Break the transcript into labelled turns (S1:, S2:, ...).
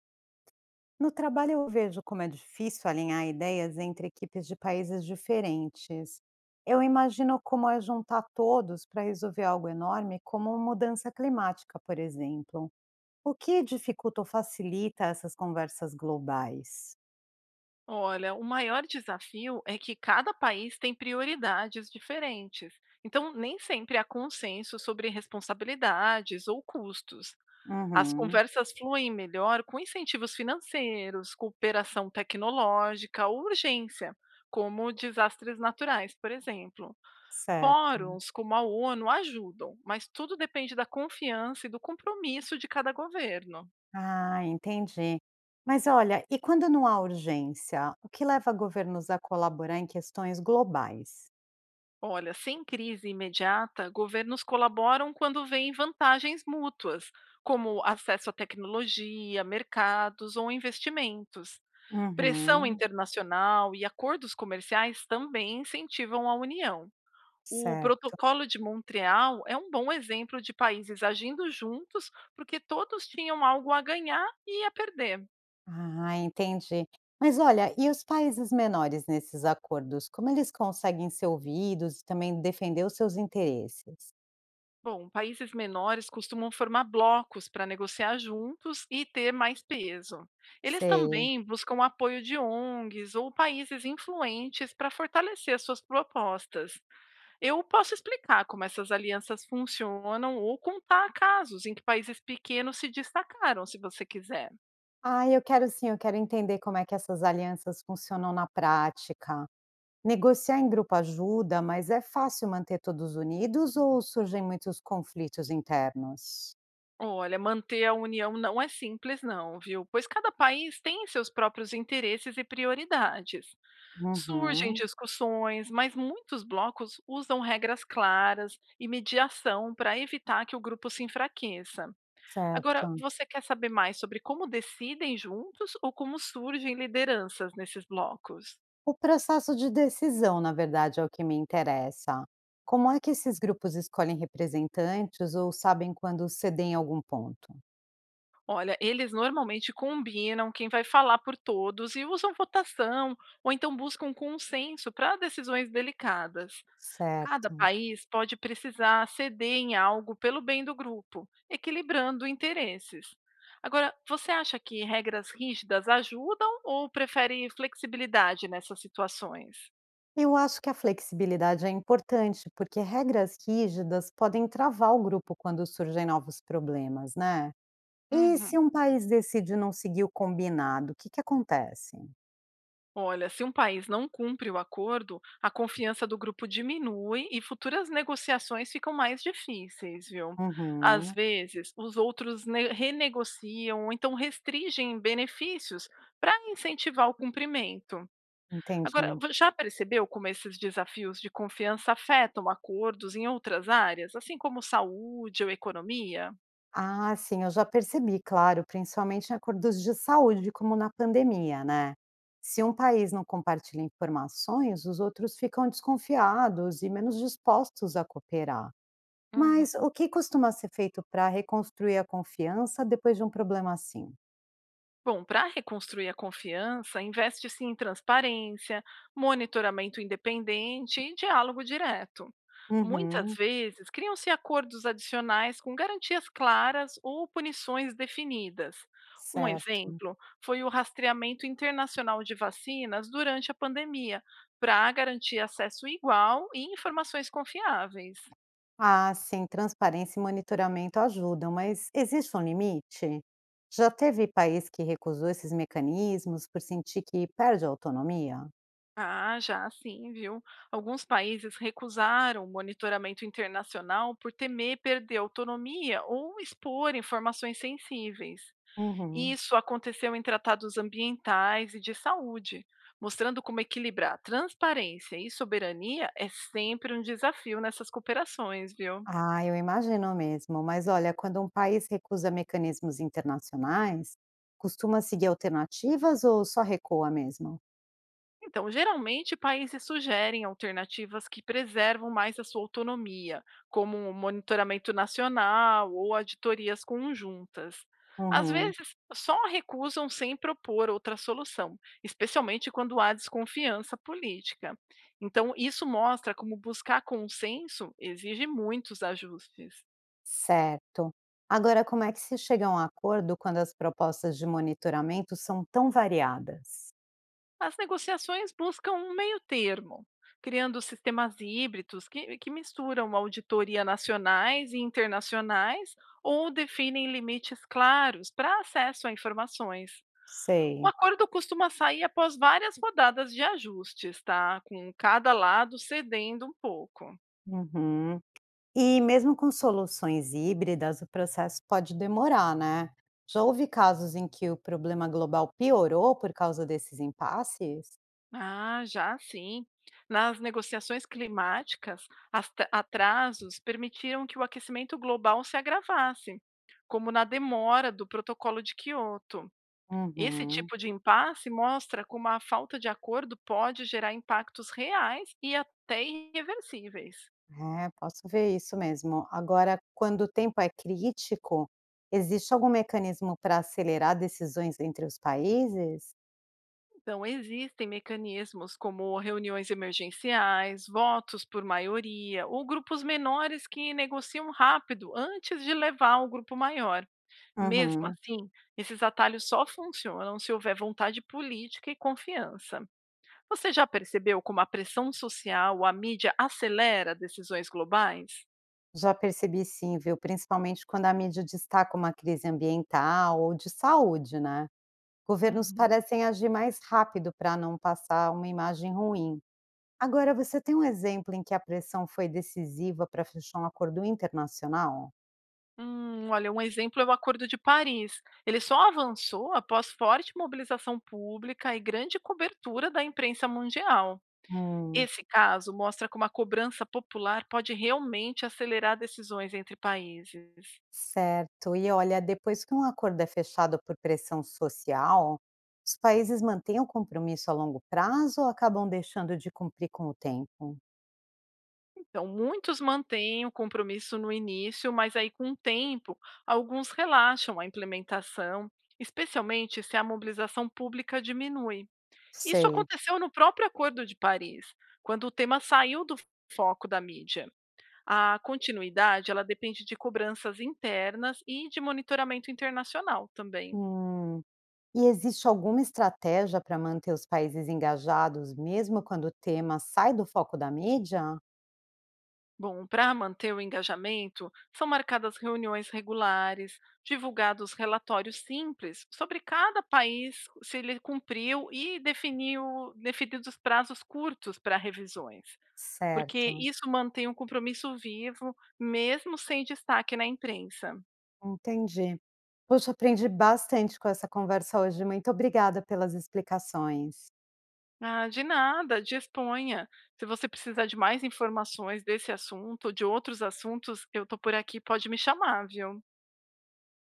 S1: No trabalho, eu vejo como é difícil alinhar ideias entre equipes de países diferentes. Eu imagino como é juntar todos para resolver algo enorme, como mudança climática, por exemplo. O que dificulta ou facilita essas conversas globais?
S2: Olha, o maior desafio é que cada país tem prioridades diferentes, então nem sempre há consenso sobre responsabilidades ou custos. As
S1: Uhum.
S2: conversas fluem melhor com incentivos financeiros, cooperação tecnológica ou urgência, como desastres naturais, por exemplo.
S1: Certo.
S2: Fóruns como a ONU ajudam, mas tudo depende da confiança e do compromisso de cada governo.
S1: Ah, entendi. Mas olha, e quando não há urgência, o que leva governos a colaborar em questões globais?
S2: Olha, sem crise imediata, governos colaboram quando veem vantagens mútuas, como acesso à tecnologia, mercados ou investimentos. Pressão
S1: Uhum.
S2: internacional e acordos comerciais também incentivam a união. O
S1: Certo.
S2: Protocolo de Montreal é um bom exemplo de países agindo juntos porque todos tinham algo a ganhar e a perder.
S1: Ah, entendi. Mas olha, e os países menores nesses acordos, como eles conseguem ser ouvidos e também defender os seus interesses?
S2: Bom, países menores costumam formar blocos para negociar juntos e ter mais peso. Eles
S1: Sei.
S2: também buscam apoio de ONGs ou países influentes para fortalecer as suas propostas. Eu posso explicar como essas alianças funcionam ou contar casos em que países pequenos se destacaram, se você quiser.
S1: Ah, eu quero sim, eu quero entender como é que essas alianças funcionam na prática. Negociar em grupo ajuda, mas é fácil manter todos unidos ou surgem muitos conflitos internos?
S2: Olha, manter a união não é simples, não, viu? Pois cada país tem seus próprios interesses e prioridades. Surgem
S1: Uhum.
S2: discussões, mas muitos blocos usam regras claras e mediação para evitar que o grupo se enfraqueça. Agora,
S1: Certo.
S2: você quer saber mais sobre como decidem juntos ou como surgem lideranças nesses blocos?
S1: O processo de decisão, na verdade, é o que me interessa. Como é que esses grupos escolhem representantes ou sabem quando cedem algum ponto?
S2: Olha, eles normalmente combinam quem vai falar por todos e usam votação ou então buscam consenso para decisões delicadas. Cada
S1: Certo.
S2: país pode precisar ceder em algo pelo bem do grupo, equilibrando interesses. Agora, você acha que regras rígidas ajudam ou prefere flexibilidade nessas situações?
S1: Eu acho que a flexibilidade é importante, porque regras rígidas podem travar o grupo quando surgem novos problemas, né? E se
S2: Uhum.
S1: um país decide não seguir o combinado, o que que acontece?
S2: Olha, se um país não cumpre o acordo, a confiança do grupo diminui e futuras negociações ficam mais difíceis, viu? Às
S1: Uhum.
S2: vezes, os outros renegociam ou então restringem benefícios para incentivar o cumprimento. Agora,
S1: Entendi.
S2: vo já percebeu como esses desafios de confiança afetam acordos em outras áreas, assim como saúde ou economia?
S1: Ah, sim, eu já percebi, claro, principalmente em acordos de saúde, como na pandemia, né? Se um país não compartilha informações, os outros ficam desconfiados e menos dispostos a cooperar.
S2: Uhum.
S1: Mas o que costuma ser feito para reconstruir a confiança depois de um problema assim?
S2: Bom, para reconstruir a confiança, investe-se em transparência, monitoramento independente e diálogo direto. Muitas
S1: Uhum.
S2: vezes, criam-se acordos adicionais com garantias claras ou punições definidas. Um
S1: Certo.
S2: exemplo foi o rastreamento internacional de vacinas durante a pandemia, para garantir acesso igual e informações confiáveis.
S1: Ah, sim, transparência e monitoramento ajudam, mas existe um limite? Já teve país que recusou esses mecanismos por sentir que perde a autonomia?
S2: Ah, já sim, viu? Alguns países recusaram o monitoramento internacional por temer perder autonomia ou expor informações sensíveis.
S1: Uhum.
S2: Isso aconteceu em tratados ambientais e de saúde, mostrando como equilibrar transparência e soberania é sempre um desafio nessas cooperações, viu?
S1: Ah, eu imagino mesmo. Mas olha, quando um país recusa mecanismos internacionais, costuma seguir alternativas ou só recua mesmo?
S2: Então, geralmente, países sugerem alternativas que preservam mais a sua autonomia, como o monitoramento nacional ou auditorias conjuntas. Às
S1: Uhum.
S2: vezes, só recusam sem propor outra solução, especialmente quando há desconfiança política. Então, isso mostra como buscar consenso exige muitos ajustes.
S1: Certo. Agora, como é que se chega a um acordo quando as propostas de monitoramento são tão variadas?
S2: As negociações buscam um meio-termo, criando sistemas híbridos que misturam auditoria nacionais e internacionais ou definem limites claros para acesso a informações. O
S1: Sei.
S2: acordo costuma sair após várias rodadas de ajustes, tá? Com cada lado cedendo um pouco.
S1: Uhum. E mesmo com soluções híbridas, o processo pode demorar, né? Já houve casos em que o problema global piorou por causa desses impasses?
S2: Ah, já sim. Nas negociações climáticas, as atrasos permitiram que o aquecimento global se agravasse, como na demora do Protocolo de Quioto. Esse
S1: Uhum.
S2: tipo de impasse mostra como a falta de acordo pode gerar impactos reais e até irreversíveis.
S1: É, posso ver isso mesmo. Agora, quando o tempo é crítico, existe algum mecanismo para acelerar decisões entre os países?
S2: Então, existem mecanismos como reuniões emergenciais, votos por maioria ou grupos menores que negociam rápido antes de levar o grupo maior. Mesmo
S1: Uhum.
S2: assim, esses atalhos só funcionam se houver vontade política e confiança. Você já percebeu como a pressão social ou a mídia acelera decisões globais?
S1: Já percebi sim, viu? Principalmente quando a mídia destaca uma crise ambiental ou de saúde, né? Governos
S2: Uhum.
S1: parecem agir mais rápido para não passar uma imagem ruim. Agora, você tem um exemplo em que a pressão foi decisiva para fechar um acordo internacional?
S2: Olha, um exemplo é o Acordo de Paris. Ele só avançou após forte mobilização pública e grande cobertura da imprensa mundial.
S1: Hum.
S2: Esse caso mostra como a cobrança popular pode realmente acelerar decisões entre países.
S1: Certo. E olha, depois que um acordo é fechado por pressão social, os países mantêm o compromisso a longo prazo ou acabam deixando de cumprir com o tempo?
S2: Então, muitos mantêm o compromisso no início, mas aí com o tempo, alguns relaxam a implementação, especialmente se a mobilização pública diminui. Isso
S1: Sei.
S2: aconteceu no próprio Acordo de Paris, quando o tema saiu do foco da mídia. A continuidade, ela depende de cobranças internas e de monitoramento internacional também.
S1: Hum. E existe alguma estratégia para manter os países engajados, mesmo quando o tema sai do foco da mídia?
S2: Bom, para manter o engajamento, são marcadas reuniões regulares, divulgados relatórios simples sobre cada país, se ele cumpriu, e definidos prazos curtos para revisões, porque
S1: Certo,
S2: isso mantém o compromisso vivo, mesmo sem destaque na imprensa.
S1: entendi. Poxa, aprendi bastante com essa conversa hoje. Muito obrigada pelas explicações.
S2: Ah, de nada, disponha. Se você precisar de mais informações desse assunto, de outros assuntos, eu estou por aqui, pode me chamar, viu?